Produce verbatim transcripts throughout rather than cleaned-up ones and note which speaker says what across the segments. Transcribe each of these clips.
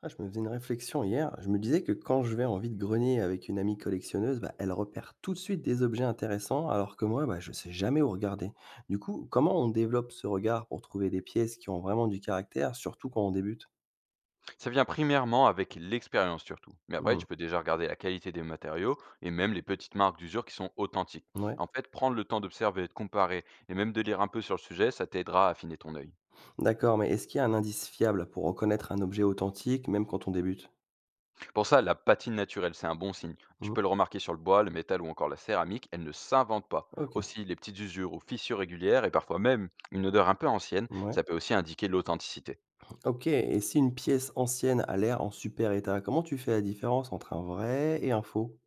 Speaker 1: Ah, je me faisais une réflexion hier. Je me disais que quand je vais en vide-grenier avec une amie collectionneuse, bah, elle repère tout de suite des objets intéressants, alors que moi, bah, je sais jamais où regarder. Du coup, comment on développe ce regard pour trouver des pièces qui ont vraiment du caractère, surtout quand on débute.
Speaker 2: Ça vient primairement avec l'expérience surtout. Mais après, tu
Speaker 1: Mhm.
Speaker 2: peux déjà regarder la qualité des matériaux et même les petites marques d'usure qui sont authentiques.
Speaker 1: Ouais.
Speaker 2: En fait, prendre le temps d'observer, de comparer et même de lire un peu sur le sujet, ça t'aidera à affiner ton œil.
Speaker 1: D'accord, mais est-ce qu'il y a un indice fiable pour reconnaître un objet authentique, même quand on débute?
Speaker 2: Pour ça, la patine naturelle, c'est un bon signe. Tu
Speaker 1: Mhm.
Speaker 2: peux le remarquer sur le bois, le métal ou encore la céramique, elle ne s'invente pas.
Speaker 1: Ok.
Speaker 2: Aussi, les petites usures ou fissures régulières et parfois même une odeur un peu ancienne,
Speaker 1: Ouais.
Speaker 2: ça peut aussi indiquer l'authenticité.
Speaker 1: Ok, et si une pièce ancienne a l'air en super état, comment tu fais la différence entre un vrai et un faux?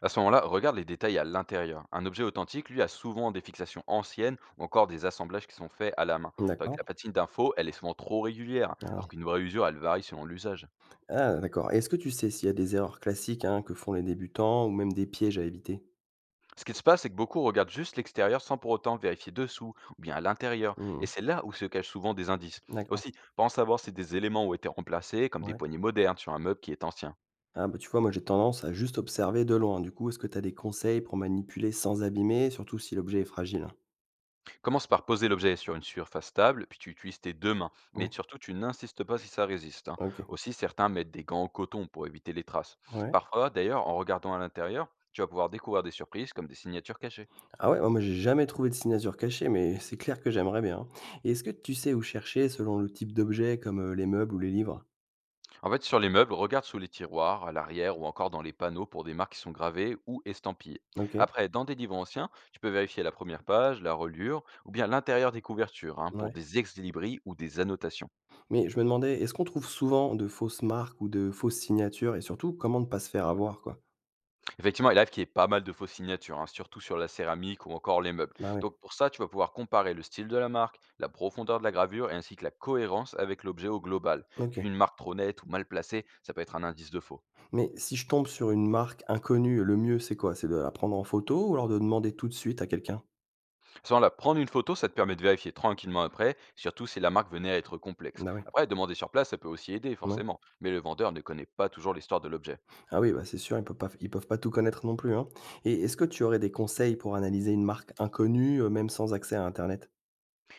Speaker 2: À ce moment-là, regarde les détails à l'intérieur. Un objet authentique, lui, a souvent des fixations anciennes ou encore des assemblages qui sont faits à la main. Tandis que
Speaker 1: D'accord.
Speaker 2: la patine d'info, elle est souvent trop régulière, alors
Speaker 1: Ouais.
Speaker 2: qu'une vraie usure, elle varie selon l'usage.
Speaker 1: Ah d'accord, et est-ce que tu sais s'il y a des erreurs classiques, hein, que font les débutants ou même des pièges à éviter?
Speaker 2: Ce qui se passe, c'est que beaucoup regardent juste l'extérieur sans pour autant vérifier dessous ou bien à l'intérieur. Et
Speaker 1: Mmh.
Speaker 2: c'est là où se cachent souvent des indices.
Speaker 1: D'accord,
Speaker 2: Aussi, pense savoir si des éléments ont été remplacés, comme des
Speaker 1: ouais.
Speaker 2: poignées modernes sur un meuble qui est ancien.
Speaker 1: Ah bah, tu vois, moi j'ai tendance à juste observer de loin. Du coup, est-ce que tu as des conseils pour manipuler sans abîmer, surtout si l'objet est fragile?
Speaker 2: Commence par poser l'objet sur une surface stable, puis tu utilises tes deux mains. Mais
Speaker 1: Ouais,
Speaker 2: surtout, tu n'insistes pas si ça résiste, hein.
Speaker 1: OK.
Speaker 2: Aussi, certains mettent des gants en coton pour éviter les traces.
Speaker 1: Ouais.
Speaker 2: Parfois, d'ailleurs, en regardant à l'intérieur, tu vas pouvoir découvrir des surprises comme des signatures cachées.
Speaker 1: Ah ouais, oh moi j'ai jamais trouvé de signature cachée, mais c'est clair que j'aimerais bien. Et est-ce que tu sais où chercher selon le type d'objet comme, heu, les meubles ou les livres?
Speaker 2: En fait, sur les meubles, regarde sous les tiroirs, à l'arrière ou encore dans les panneaux pour des marques qui sont gravées ou estampillées.
Speaker 1: OK,
Speaker 2: Après, dans des livres anciens, tu peux vérifier la première page, la reliure ou bien l'intérieur des couvertures, hein, pour
Speaker 1: ouais.
Speaker 2: des ex-libris ou des annotations.
Speaker 1: Mais je me demandais, est-ce qu'on trouve souvent de fausses marques ou de fausses signatures, et surtout comment ne pas se faire avoir, quoi?
Speaker 2: Effectivement, il arrive qu'il y ait pas mal de fausses signatures, hein, surtout sur la céramique ou encore les meubles.
Speaker 1: Ah ouais,
Speaker 2: Donc pour ça, tu vas pouvoir comparer le style de la marque, la profondeur de la gravure et ainsi que la cohérence avec l'objet au global.
Speaker 1: OK.
Speaker 2: Puis une marque trop nette ou mal placée, ça peut être un indice de faux.
Speaker 1: Mais si je tombe sur une marque inconnue, le mieux, c'est quoi? C'est de la prendre en photo ou alors de demander tout de suite à quelqu'un?
Speaker 2: Sans la prendre une photo, ça te permet de vérifier tranquillement après, surtout si la marque venait à être complexe.
Speaker 1: Bah, oui.
Speaker 2: Après, demander sur place, ça peut aussi aider
Speaker 1: Ouais.
Speaker 2: forcément, mais le vendeur ne connaît pas toujours l'histoire de l'objet.
Speaker 1: Ah oui, bah, c'est sûr, ils peuvent pas ils peuvent pas tout connaître non plus, hein. Et est-ce que tu aurais des conseils pour analyser une marque inconnue, heu, même sans accès à internet?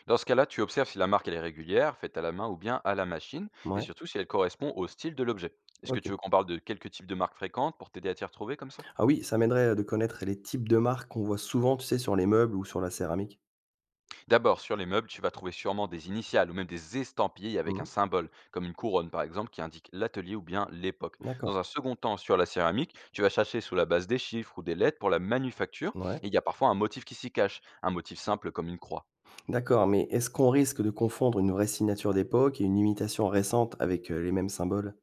Speaker 2: Dans ce cas-là, tu observes si la marque elle est régulière, faite à la main ou bien à la machine, et
Speaker 1: Ouais.
Speaker 2: surtout si elle correspond au style de l'objet. Est-ce que
Speaker 1: OK.
Speaker 2: tu veux qu'on parle de quelques types de marques fréquentes pour t'aider à t'y retrouver comme ça?
Speaker 1: Ah oui, ça m'aiderait de connaître les types de marques qu'on voit souvent, tu sais, sur les meubles ou sur la céramique.
Speaker 2: D'abord, sur les meubles, tu vas trouver sûrement des initiales ou même des estampillés avec un
Speaker 1: Mmh.
Speaker 2: symbole, comme une couronne par exemple, qui indique l'atelier ou bien l'époque.
Speaker 1: D'accord.
Speaker 2: Dans un second temps, sur la céramique, tu vas chercher sous la base des chiffres ou des lettres pour la manufacture,
Speaker 1: Ouais.
Speaker 2: et il y a parfois un motif qui s'y cache, un motif simple comme une croix.
Speaker 1: D'accord, mais est-ce qu'on risque de confondre une vraie signature d'époque et une imitation récente avec, heu, les mêmes symboles?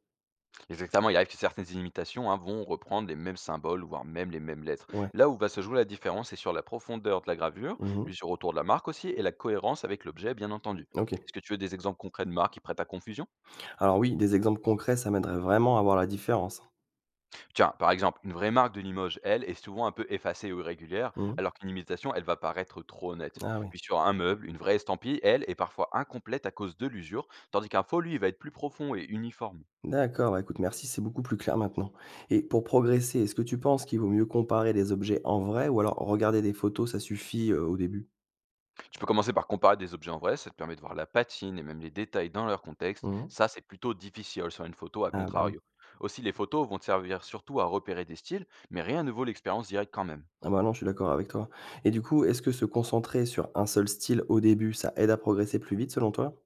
Speaker 2: Exactement, il arrive que certaines imitations, hein, vont reprendre les mêmes symboles, voire même les mêmes lettres.
Speaker 1: Ouais.
Speaker 2: Là où va se jouer la différence, c'est sur la profondeur de la gravure,
Speaker 1: Mmh.
Speaker 2: l'usure autour de la marque aussi, et la cohérence avec l'objet, bien entendu.
Speaker 1: OK.
Speaker 2: Est-ce que tu veux des exemples concrets de marques qui prêtent à confusion?
Speaker 1: Alors oui, des exemples concrets, ça m'aiderait vraiment à voir la différence.
Speaker 2: Tiens, par exemple, une vraie marque de Limoges, elle, est souvent un peu effacée ou irrégulière,
Speaker 1: Mmh.
Speaker 2: alors qu'une imitation, elle va paraître trop honnête.
Speaker 1: Ah oui.
Speaker 2: Puis sur un meuble, une vraie estampille, elle, est parfois incomplète à cause de l'usure, tandis qu'un faux, lui, il va être plus profond et uniforme.
Speaker 1: D'accord, bah écoute, merci, c'est beaucoup plus clair maintenant. Et pour progresser, est-ce que tu penses qu'il vaut mieux comparer les objets en vrai ou alors regarder des photos, ça suffit euh, au début?
Speaker 2: Tu peux commencer par comparer des objets en vrai, ça te permet de voir la patine et même les détails dans leur contexte.
Speaker 1: Mmh.
Speaker 2: Ça, c'est plutôt difficile sur une photo, à
Speaker 1: Ah bah, oui.
Speaker 2: contrario. Aussi, les photos vont te servir surtout à repérer des styles, mais rien ne vaut l'expérience directe quand même.
Speaker 1: Ah bah non, je suis d'accord avec toi. Et du coup, est-ce que se concentrer sur un seul style au début, ça aide à progresser plus vite selon toi?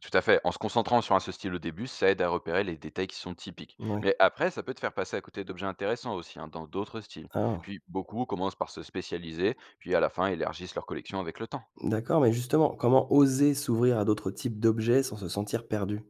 Speaker 2: Tout à fait, en se concentrant sur un seul style au début, ça aide à repérer les détails qui sont typiques.
Speaker 1: Oui.
Speaker 2: Mais après, ça peut te faire passer à côté d'objets intéressants aussi, hein, dans d'autres styles.
Speaker 1: Ah,
Speaker 2: Puis beaucoup commencent par se spécialiser, puis à la fin élargissent leur collection avec le temps.
Speaker 1: d'accord, mais justement, comment oser s'ouvrir à d'autres types d'objets sans se sentir perdu?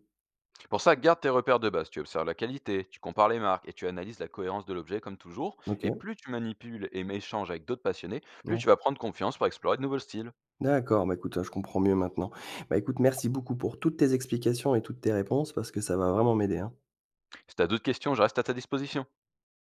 Speaker 2: Pour ça, garde tes repères de base. Tu observes la qualité, tu compares les marques et tu analyses la cohérence de l'objet comme toujours. Et
Speaker 1: Ok.
Speaker 2: plus tu manipules et échanges avec d'autres passionnés, plus
Speaker 1: Ouais.
Speaker 2: tu vas prendre confiance pour explorer de nouveaux styles.
Speaker 1: D'accord, bah, écoute, ouais, je comprends mieux maintenant. Bah, écoute, merci beaucoup pour toutes tes explications et toutes tes réponses parce que ça va vraiment m'aider, hein.
Speaker 2: Si tu as d'autres questions, je reste à ta disposition.